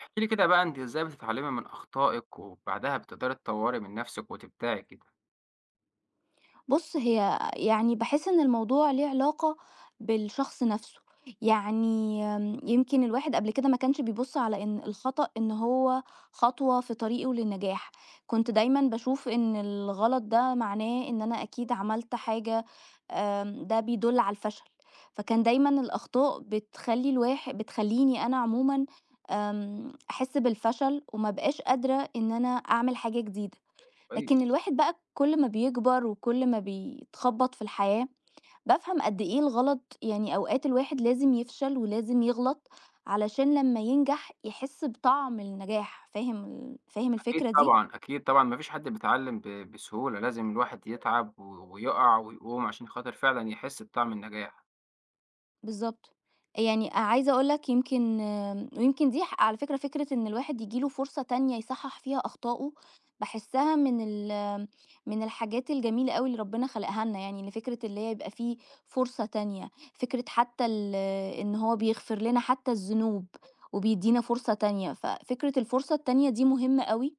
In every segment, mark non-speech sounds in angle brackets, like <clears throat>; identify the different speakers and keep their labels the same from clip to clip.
Speaker 1: احكي لي كده بقى انت ازاي بتتعلمي من اخطائك وبعدها بتقدري تطوري من نفسك وتبدعي كده.
Speaker 2: بُص، هي يعني باحس إن الموضوع ليه علاقة بالشخص نَفْسه. يعني يمكن الواحد قبل كده ما كانش بيبُص على إن الخطأ إن هو خطوة في طريقه للنجاح. كنت دايمًا باشوف إن الغلط ده معناه إن أنا أكيد عملت حاجة. ده بيدُل على الفشل. فكان دايمًا الأخطاء بتخلّيني أنا عمومًا أحس بالفشل وما أبقاش قادرة إن أنا أعمل حاجة جديدة. لكن
Speaker 1: كويس.
Speaker 2: الواحد بقى كل ما بيكبر وكل ما بيتخبط في الحياة بافهم قد إيه الغلط، يعني أوقات الواحد لازم يفشل ولازم يغلط علشان لما ينجح يحس بطعم النجاح. فاهم
Speaker 1: اكيد
Speaker 2: الفكرة دي؟
Speaker 1: طبعا اكيد طبعا مفيش حد بيتعلم بسهولة، لازم الواحد يتعب ويقع ويقوم عشان خاطر فعلا يحس بطعم النجاح.
Speaker 2: بالضبط. يعني عايزة أقول لك، يمكن ويمكن دي ح على فكرة فكرة إن الواحد ييجي له فرصة تانية يصحّح فيها أخطاؤه. باحسّها من ال من الحاجات الجميلة أوي اللي ربنا خلقها لنا يعني، إن فكرة اللي هي يبقى في فرصة تانية، فكرة حتى ال إن هو بيغفر لنا حتى الذنوب وبيدّينا فرصة تانية. ففكرة الفرصة التانية دي مهمة أوي،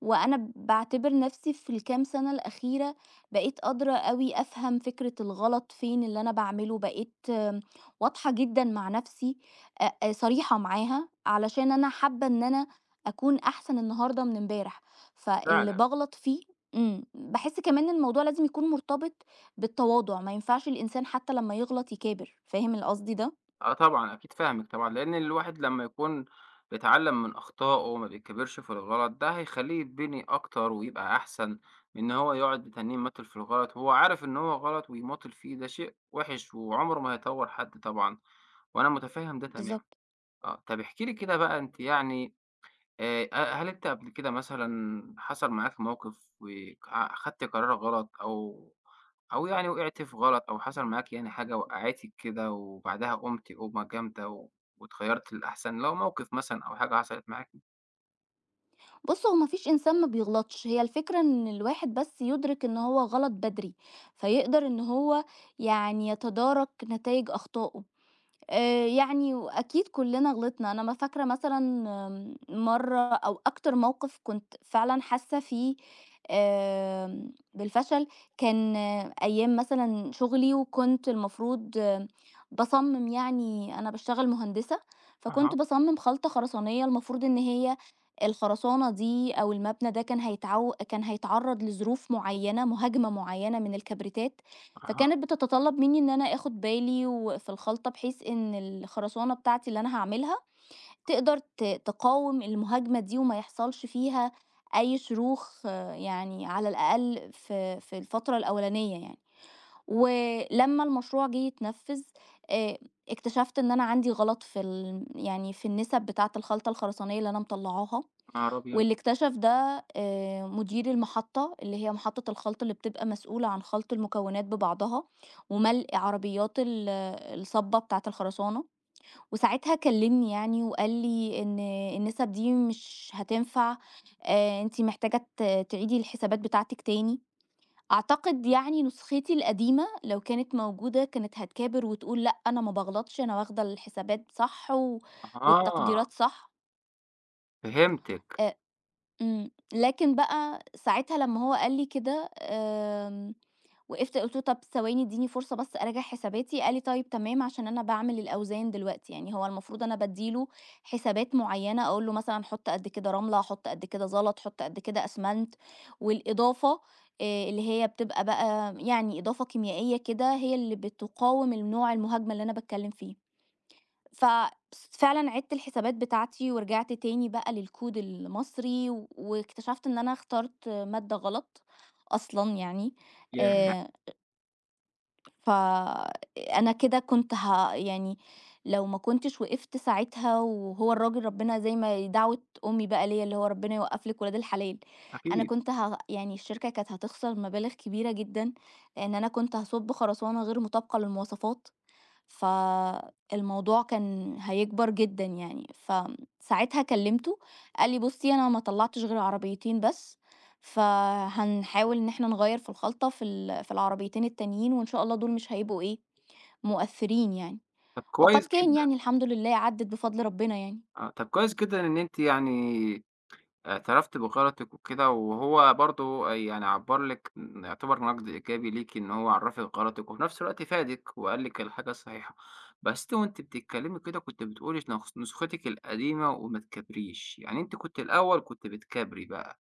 Speaker 2: وأنا باعتبر نفسي في الكام سنة الأخيرة بقيت قادرة أوي أفهم فكرة الغلط فين اللي أنا باعمله. بقيت واضحة جدًا مع نفسي، أ أ صريحة معاها، علشان أنا حابة إن أنا أكون أحسن النهارده من امبارح، فاللي
Speaker 1: فعلا.
Speaker 2: باغلط فيه باحس كمان إن الموضوع لازم يكون مرتبط بالتواضع. ما ينفعش الإنسان حتى لمّا يغلط يكابر. فاهم ال قصدي ده؟
Speaker 1: آه طبعًا، أكيد فاهمِك طبعًا، لإن الواحد لمّا يكون بيتعلّم من أخطائه وما بيكبرش في الغلط، ده هيخلّيه يتبني أكتر ويبقى أحسن من إن هو يقعد يتنّيه يمَّطل في الغلط وهو عارف إن هو غلط ويمَّطل فيه، ده شيء وِحِش وعمره ما هيطوّر حد طبعًا، وأنا مُتفهّم ده تمامًا.
Speaker 2: بالضبط.
Speaker 1: آه، طَب احكي لي كده بقى أنتِ يعني أ هل أنت قبل كده مثلًا حصل معاك موقف وك أ خدت قرار غلط أو أو يعني وقعت في غلط أو حصل معاك يعني حاجة وقّعتِك كده وبعدها قُمتِ قُومة جامدة واتخيّرتِ للأحسن، لو موقف مثلًا أو حاجة حصلت معاكِ؟
Speaker 2: بُص، هو ما فيش إنسان ما بيغلطش. هي الفكرة إن الواحد بس يُدرك إن هو غلط بدري، فيقدر إن هو يعني يتدارك نتايج أخطائه. يعني وأكيد كُلّنا غلطنا. أنا ما فاكرة مثلًا مرّة أو أكتر موقِف كنت فعلًا حاسّة فيه بالفشل. كان أيام مثلًا شُغلي، وكنت المفروض باصمِّم، يعني أنا باشتغل مهندسة. فكنت
Speaker 1: أها.
Speaker 2: باصمِّم خلطة خرسانية المفروض إن هي الخرسانة دي أو المبنى ده كان هيتعرّض لظروف معيّنة، مهاجمة معيّنة من الكبريتات.
Speaker 1: أها.
Speaker 2: فكانت بتتطلب مني إن أنا آخد بالي و في الخلطة بحيث إن الخرسانة بتاعتي اللي أنا هاعملها تقدر تقاوم المهاجمة دي وما يحصلش فيها أي شروخ، يعني على الأقل في الفترة الأولانية يعني. ولمّا المشروع جِه يتنفّذ آآ، اكتشفت إن أنا عندي غلط في ال يعني في النسب بتاعة الخلطة الخرسانية اللي أنا مطلّعاها.
Speaker 1: يا نهار أبيض!
Speaker 2: واللي اكتشف ده مدير المحطة، اللي هي محطة الخلط اللي بتبقى مسؤولة عن خلط المكونات ببعضها وملء عربيات الصبة بتاعة الخرسانة. وساعتها كلمني، يعني وقال لي ان النسب دي مش هتنفع، انتي محتاجة تعيدي الحسابات بتاعتك تاني. اعتقد يعني نسختي القديمة لو كانت موجودة كانت هتكابر وتقول لا، انا ما بغلطش، انا واخدة الحسابات صح
Speaker 1: أها.
Speaker 2: والتقديرات صح.
Speaker 1: فهمتِك.
Speaker 2: لكن بقى ساعتها لمّا هو قال لي كده، وقفت قُلت له: "طب ثواني ادّيني فرصة بس أراجع حساباتي." قال لي: "طيب تمام." عشان أنا باعمل الأوزان دلوقتي، يعني هو المفروض أنا بادّي له حسابات معيّنة، أقول له مثلًا حُط قد كده رملة، حُط قد كده زلط، حُط قد كده أسمنت، والإضافة اللي هي بتبقى بقى يعني إضافة كيميائية كده، هي اللي بتقاوم النوع المهاجمة اللي أنا باتكلم فيه. ففعلًا عِدت الحسابات بتاعتي ورجعت تاني بقى للكود المصري، و واكتشفت إن أنا اخترت مادة غلط أصلًا يعني.
Speaker 1: ياه!
Speaker 2: آآ فأنا كده كنت ه يعني لو ما كنتش وقفت ساعتها، وهو الراجل ربنا زي ما دعوة أمي بقى ليّا اللي هو ربنا يوقّف لِك ولاد الحلال، أنا
Speaker 1: أكيد.
Speaker 2: كنت ه يعني الشركة كانت هتخسر مبالغ كبيرة جدًا، لإن أنا كنت هاصُب خرسانة غير مطابقة للمواصفات. فالموضوع كان هيكبر جدًا يعني. فساعتها كلّمته، قال لي: "بُصّي، أنا ما طلّعتش غير عربيتين بس، فهنحاول إن إحنا نغيّر في الخلطة في العربيتين التانيين، وإن شاء الله دول مش هيبقوا إيه، مؤثّرين يعني."
Speaker 1: طَب
Speaker 2: وقد
Speaker 1: كويس
Speaker 2: كان،
Speaker 1: جدًا.
Speaker 2: يعني الحمد لله عدّت بفضل ربنا يعني.
Speaker 1: آه، طَب كويس جدًا إن أنتِ يعني اعترفت بغلطِك وكده، وهو برضه يعني عبّر لِك يعتبر نقد إيجابي ليكِ إن هو عرّفِك غلطِك، وفي نفس الوقت فادِك وقال لِك الحاجة الصحيحة. بس أنتِ وأنتِ بتتكلّمي كده كنتِ بتقولي نسختِك القديمة وما تكابريش، يعني أنتِ كنتِ الأول كنتِ بتكابري بقى.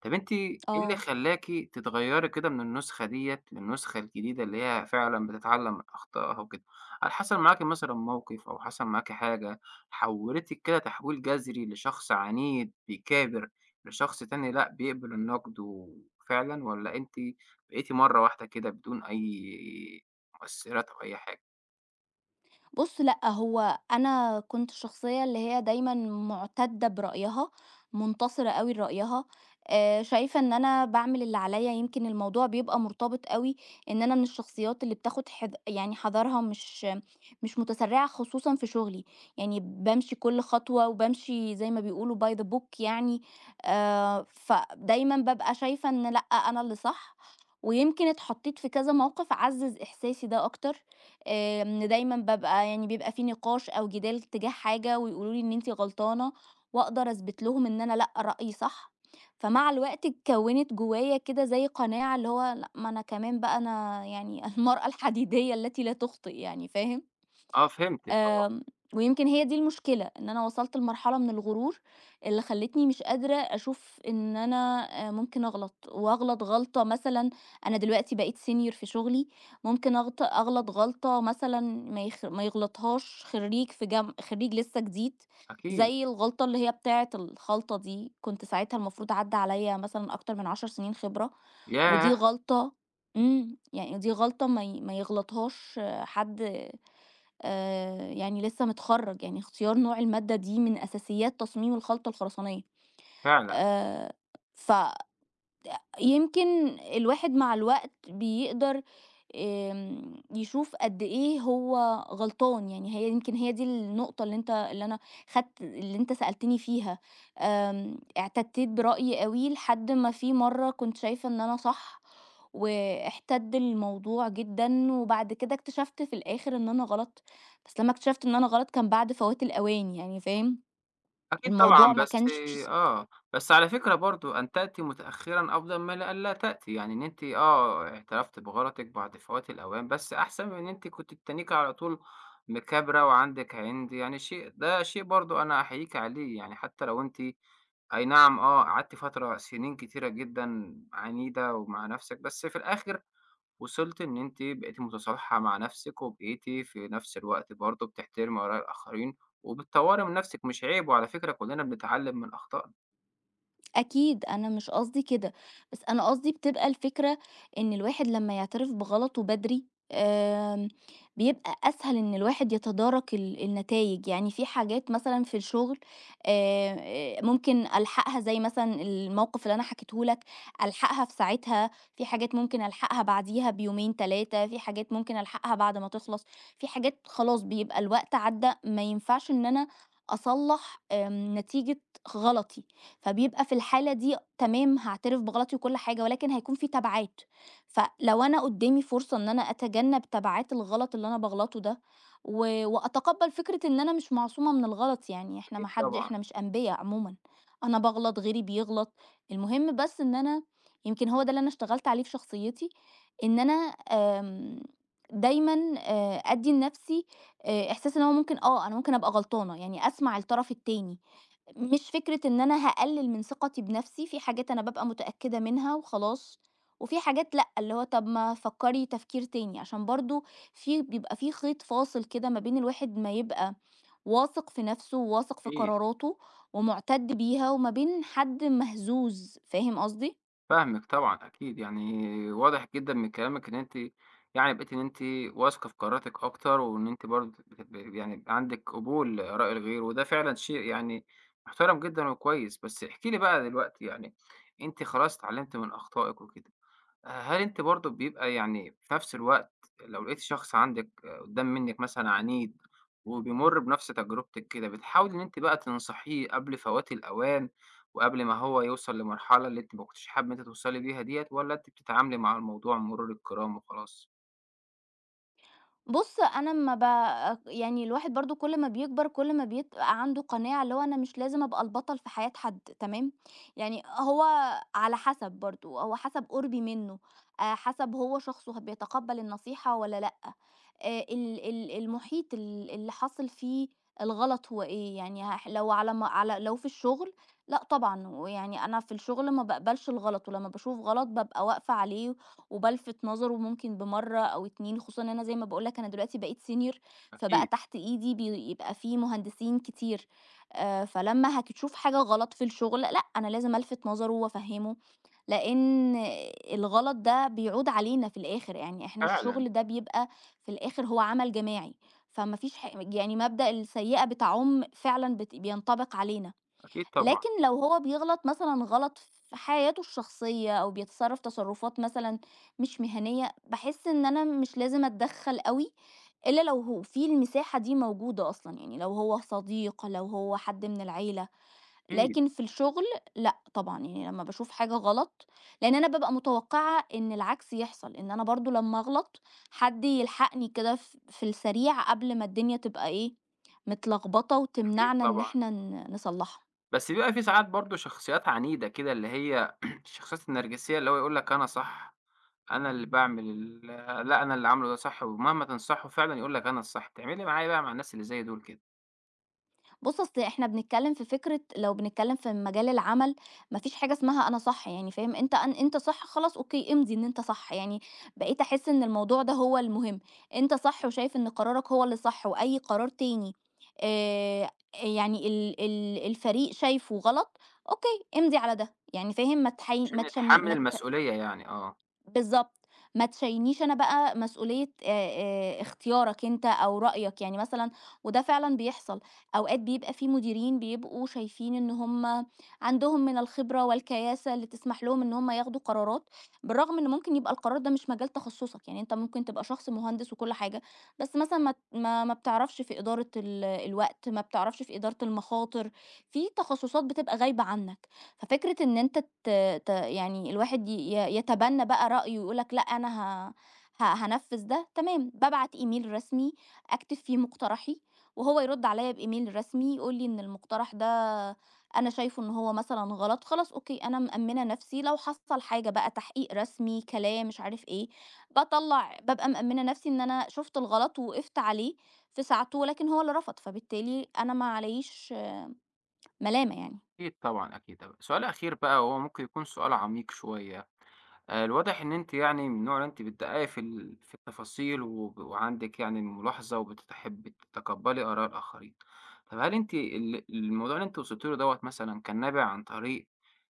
Speaker 1: طب أنتِ إيه اللي
Speaker 2: آه.
Speaker 1: خلّاكِ تتغيّري كده من النسخة ديّة للنسخة الجديدة اللي هي فعلًا بتتعلّم من أخطائها وكده؟ هل حصل معاكِ مثلًا موقف أو حصل معاكِ حاجة حوّلتِك كده تحويل جذري لشخص عنيد بيكابر لشخص تاني لأ بيقبل النقد وفعلًا، والّا أنتِ بقيتِ مرّة واحدة كده بدون أي مؤثِّرات أو أي حاجة؟
Speaker 2: بُص لأ، هو أنا كنت الشخصية اللي هي دايمًا مُعتَدّة برأيها، منتصرة أوي لرأيها، شايفة إن أنا باعمل اللي عليّا. يمكن الموضوع بيبقى مرتبط أوي إن أنا من الشخصيات اللي بتاخد حد يعني حذرها، مش متسرعة، خصوصًا في شغلي، يعني بامشي كل خطوة وبامشي زي ما بيقولوا by the book يعني. فدايمًا بابقى شايفة إن لأ، أنا اللي صح، ويمكن اتحطيت في كذا موقف عزّز إحساسي ده أكتر. دايمًا بابقى، يعني بيبقى في نقاش أو جدال تجاه حاجة، ويقولوا لي إن أنتِ غلطانة، وأقدر أثبت لهم إن أنا لأ، رأيي صح. فمع الوقت اتكوّنت جوايا كده زي قناعة اللي هو لأ، ما أنا كمان بقى أنا يعني <laughs> المرأة الحديدية التي لا تخطئ يعني، فاهم؟
Speaker 1: آه فهمتِك آه.
Speaker 2: آمم، ويمكن هي دي المشكلة، إن أنا وصلت لمرحلة من الغرور اللي خلّتني مش قادرة أشوف إن أنا ممكن أغلط، وأغلط غلطة مثلًا. أنا دلوقتي بقيت senior في شغلي، ممكن أغلط غلطة مثلًا ما يغلطهاش خرّيج في جم خرّيج لسه جديد،
Speaker 1: أكيد.
Speaker 2: زي الغلطة اللي هي بتاعة الخلطة دي. كنت ساعتها المفروض عدّى عليَّ مثلًا أكتر من 10 سنين خبرة.
Speaker 1: ياه!
Speaker 2: ودي غلطة، يعني دي غلطة ما يغلطهاش، حد يعني لسه متخرّج. يعني اختيار نوع المادة دي من أساسيات تصميم الخلطة الخرسانية.
Speaker 1: فعلًا.
Speaker 2: آآ ف يمكن الواحد مع الوقت بيقدر يشوف قد إيه هو غلطان. يعني هي يمكن هي دي النقطة اللي أنا خدت اللي أنت سألتني فيها. اعتدِّيت برأيي أوي لحد ما في مرّة كنت شايفة إن أنا صح، واحتد الموضوع جدًا، وبعد كده اكتشفت في الآخر إن أنا غلط، بس لمّا اكتشفت إن أنا غلط كان بعد فوات الأوان، يعني فاهم؟
Speaker 1: أكيد
Speaker 2: الموضوع
Speaker 1: طبعًا،
Speaker 2: ما
Speaker 1: بس
Speaker 2: كانش.
Speaker 1: آه، بس على فكرة برضه أن تأتي متأخرًا أفضل ما لأن لا ألا تأتي، يعني إن أنتِ آه، اعترفتِ بغلطِك بعد فوات الأوان، بس أحسن من إن أنتِ كنتِ تتنيكِ على طول مكابرة وعندِك عند، يعني ده شيء برضه أنا أحييكِ عليه، يعني حتى لو أنتِ أي نعم آه، قعدتِ فترة سنين كتيرة جدًا عنيدة ومع نفسِك، بس في الآخر وصلت إن أنتِ بقيتِ متصالحة مع نفسِك، وبقيتِ في نفس الوقت برضه بتحترمي آراء الآخرين، وبتطوّري من نفسِك مش عيب، وعلى فكرة كلّنا بنتعلّم من أخطائنا.
Speaker 2: أكيد أنا مش قصدي كده. بس أنا قصدي بتبقى الفكرة إن الواحد لمّا يعترف بغلطه بدري، آمم، بيبقى أسهل إن الواحد يتدارك النتايج. يعني في حاجات مثلًا في الشغل آمم، ممكن ألحقها زي مثلًا الموقف اللي أنا حكيته لك، ألحقها في ساعتها. في حاجات ممكن ألحقها بعديها بيومين 3. في حاجات ممكن ألحقها بعد ما تخلص. في حاجات خلاص بيبقى الوقت عدّى، ما ينفعش إن أنا أصلّح نتيجة غلطي. فبيبقى في الحالة دي تمام، هاعترف بغلطي وكل حاجة، ولكن هيكون في تبعات. فلو أنا قدامي فرصة إن أنا أتجنب تبعات الغلط اللي أنا باغلطه ده، و وأتقبل فكرة إن أنا مش معصومة من الغلط، يعني إحنا
Speaker 1: أكيد
Speaker 2: ما حد
Speaker 1: طبعًا،
Speaker 2: إحنا مش أنبياء عمومًا. أنا باغلط، غيري بيغلط. المهم بس إن أنا، يمكن هو ده اللي أنا اشتغلت عليه في شخصيتي، إن أنا آمم دايمًا أدّي لنفسي إحساس إن هو ممكن، أنا ممكن أبقى غلطانة، يعني أسمع الطرف التاني. مش فكرة إن أنا هاقلل من ثقتي بنفسي. في حاجات أنا بابقى متأكدة منها وخلاص، وفي حاجات لأ، اللي هو طب ما فكّري تفكير تاني، عشان برضه بيبقى في خيط فاصل كده ما بين الواحد ما يبقى واثق في نفسه وواثق في
Speaker 1: أكيد،
Speaker 2: قراراته ومُعتَد بيها، وما بين حد مهزوز، فاهم قصدي؟
Speaker 1: فاهمِك طبعًا أكيد، يعني واضح جدًا من كلامِك إن أنتِ يعني بقيتِ إن أنتِ واثقة في قراراتِك أكتر، وإن أنتِ برضه بت ب يعني عندِك قبول لآراء الغير، وده فعلًا شيء يعني محترم جدًا وكويس. بس احكي لي بقى دلوقتي يعني أنتِ خلاص اتعلمتِ من أخطائِك وكده. هل أنتِ برضه بيبقى يعني في نفس الوقت لو لقيتِ شخص عندِك آه، قدّام منِّك مثلًا عنيد، وبيمُر بنفس تجربتِك كده، بتحاولي إن أنتِ بقى تنصحيه قبل فوات الأوان، وقبل ما هو يوصل لمرحلة اللي أنتِ ما كنتيش حابة إن أنتِ توصلي بيها ديّة، والّا أنتِ بتتعاملي مع الموضوع مرور الكرام وخلاص؟
Speaker 2: بُص، أنا أمّا ب يعني الواحد برضه كل ما بيكبر كل ما بيبقى عنده قناعة اللي هو أنا مش لازم أبقى البطل في حياة حد، تمام؟ يعني هو على حسب برضه، هو حسب قُربي منه، حسب هو شخصه بيتقبّل النصيحة والّا لأ، ال ال المحيط اللي حاصل فيه الغلط هو إيه. يعني هح لو على م على لو في الشغل لأ طبعًا. ويعني أنا في الشغل ما باقبلش الغلط، ولمّا باشوف غلط بابقى واقفة عليه وبالفت نظره ممكن بمرّة أو 2، خصوصًا إن أنا زي ما باقول لك أنا دلوقتي بقيت senior، فبقى
Speaker 1: أكيد.
Speaker 2: تحت إيدي بيبقى في مهندسين كتير. فلمّا هتشوف حاجة غلط في الشغل لأ، أنا لازم ألفت نظره وأفهّمه، لإن الغلط ده بيعود علينا في الآخر. يعني إحنا
Speaker 1: فعلًا.
Speaker 2: الشغل ده بيبقى في الآخر هو عمل جماعي. فما فيش يعني مبدأ السيئة بتعُم فعلًا بينطبق علينا.
Speaker 1: أكيد طبعًا.
Speaker 2: لكن لو هو بيغلط مثلًا غلط في حياته الشخصية أو بيتصرّف تصرُّفات مثلًا مش مهنيّة، باحس إن أنا مش لازم أتدخّل أوي، إلّا لو هو في المساحة دي موجودة أصلًا، يعني لو هو صديق، لو هو حد من العيلة.
Speaker 1: أكيد.
Speaker 2: لكن في الشغل لأ طبعًا، يعني لمّا باشوف حاجة غلط، لإن أنا بابقى متوقّعة إن العكس يحصل، إن أنا برضه لمّا أغلط حد يلحقني كده في السريع قبل ما الدنيا تبقى إيه، متلخبطة
Speaker 1: أكيد
Speaker 2: وتمنعنا إن
Speaker 1: طبعًا.
Speaker 2: إحنا نصلّحها.
Speaker 1: بس بيبقى في ساعات برضه شخصيات عنيدة كده اللي هي <clears throat> الشخصيات النرجسية اللي هو يقول لك أنا صح. أنا اللي باعمل ال لأ، أنا اللي عامله ده صح، ومهما تنصحه فعلًا يقول لك أنا الصح، تعملي معاه إيه بقى مع الناس اللي زي دول كده؟
Speaker 2: بُص، أصل إحنا بنتكلم في فكرة، لو بنتكلم في مجال العمل، ما فيش حاجة اسمها أنا صح، يعني فاهم، أنت صح خلاص أوكي، امضي إن أنت صح. يعني بقيت أحس إن الموضوع ده هو المهم، أنت صح وشايف إن قرارك هو اللي صح وأي قرار تاني آآ، يعني ال ال الفريق شايفه غلط، أوكي، امضي على ده، يعني فاهم، ما تحي ما
Speaker 1: عشان
Speaker 2: تشم
Speaker 1: يتحمل
Speaker 2: ما ت
Speaker 1: المسؤولية يعني، آه،
Speaker 2: بالضبط. ما تشيّلنيش أنا بقى مسؤولية اختيارك أنت أو رأيك، يعني مثلًا، وده فعلًا بيحصل. أوقات بيبقى في مديرين بيبقوا شايفين إن هُم عندهم من الخبرة والكياسة اللي تسمح لهم إن هُم ياخدوا قرارات، بالرغم إن ممكن يبقى القرار ده مش مجال تخصصك، يعني أنت ممكن تبقى شخص مهندس وكل حاجة، بس مثلًا ما ت ما ما بتعرفش في إدارة الوقت، ما بتعرفش في إدارة المخاطر، في تخصصات بتبقى غايبة عنك. ففكرة إن أنت ت ت يعني الواحد ي ي يتبنى بقى رأيه ويقول لك لأ أنا ه ه هانفّذ ده، تمام، بابعت إيميل رسمي أكتب فيه مقترحي، وهو يرد عليَّ بإيميل رسمي يقول لي إن المقترح ده أنا شايفه إن هو مثلًا غلط، خلاص أوكي أنا مأمِّنة نفسي لو حصل حاجة بقى تحقيق رسمي، كلام، مش عارف إيه، باطلّع بابقى مأمِّنة نفسي إن أنا شُفت الغلط ووقفت عليه في ساعته، ولكن هو اللي رفض، فبالتالي أنا ما علييش ملامة يعني.
Speaker 1: أكيد طبعًا، أكيد طبعًا. سؤال أخير بقى وهو ممكن يكون سؤال عميق شوية. الواضح إن أنتِ يعني من النوع اللي أنتِ بتدققي في التفاصيل وعندِك يعني ملاحظة وبتحبي تتقبلي آراء الآخرين. طب هل أنتِ الموضوع اللي أنتِ وصلتِ له دوّة مثلًا كان نابع عن طريق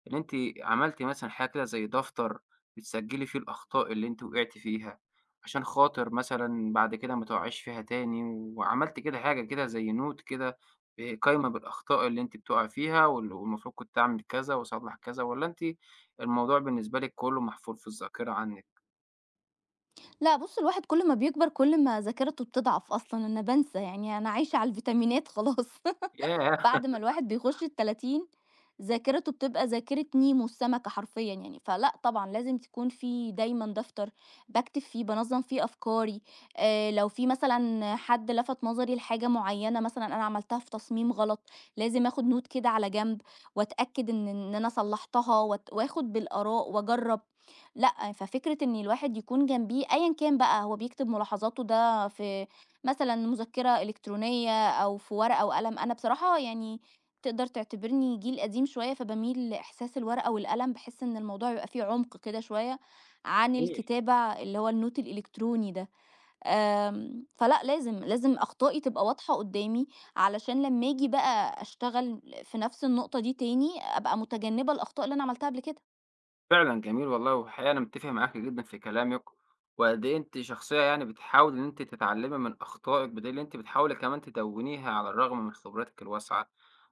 Speaker 1: إن أنتِ عملتِ مثلًا حاجة كده زي دفتر بتسجلي فيه الأخطاء اللي أنتِ وقعتِ فيها، عشان خاطر مثلًا بعد كده ما تقعيش فيها تاني، وعملتِ كده حاجة كده زي note كده، قايمة بالأخطاء اللي أنتِ بتقعي فيها والمفروض كنت أعمل كذا وأصلح كذا، والّا أنتِ الموضوع بالنسبة لِك كلّه محفور في الذاكرة عنِّك.
Speaker 2: لأ بُص، الواحد كل ما بيكبر كل ما ذاكرته بتضعف أصلًا، أنا بانسى، يعني أنا عايشة على الفيتامينات خلاص. <laughs>
Speaker 1: ياه!
Speaker 2: بعد ما الواحد بيخش ال30، ذاكرته بتبقى ذاكرة نيمو السمكة حرفيًا يعني. فلأ طبعًا لازم تكون في دايمًا دفتر باكتب فيه، بانظّم فيه أفكاري. لو في مثلًا حد لفت نظري لحاجة معيّنة مثلًا أنا عملتها في تصميم غلط، لازم آخد note كده على جنب وأتأكد إن أنا صلّحتها وآخد بالآراء وأجرّب. لأ، ففكرة إن الواحد يكون جنبيه أيًا كان بقى هو بيكتب ملاحظاته ده في مثلًا مذكرة إلكترونية أو في ورقة وقلم. أنا بصراحة يعني تقدر تعتبرني جيل قديم شوية، فباميل لإحساس الورقة والقلم، باحس إن الموضوع يبقى فيه عمق كده شوية عن
Speaker 1: جميل.
Speaker 2: الكتابة اللي هو النوت الإلكتروني ده. فلأ لازم، لازم أخطائي تبقى واضحة قدامي، علشان لمّا آجي بقى أشتغل في نفس النقطة دي تاني، أبقى متجنبة الأخطاء اللي أنا عملتها قبل كده.
Speaker 1: فعلًا جميل والله، والحقيقة أنا متّفق معاكِ جدًا في كلامِك، وقد إيه أنتِ شخصية يعني بتحاولي إن أنتِ تتعلّمي من أخطائِك، بدليل إن أنتِ بتحاولي كمان تدوّنيها على الرغم من خبرتِك الواسعة،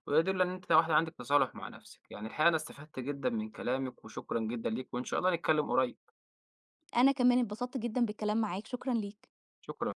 Speaker 1: وده يدل إن أنتِ واحدة عندِك تصالح مع نَفْسِك. يعني الحقيقة أنا استفدت جدًا من كلامِك، وشكرًا جدًا ليكِ، وإن شاء الله نتكلّم قريب.
Speaker 2: أنا كمان اتبسطت جدًا بالكلام معاك، شكرًا ليك.
Speaker 1: شكرًا.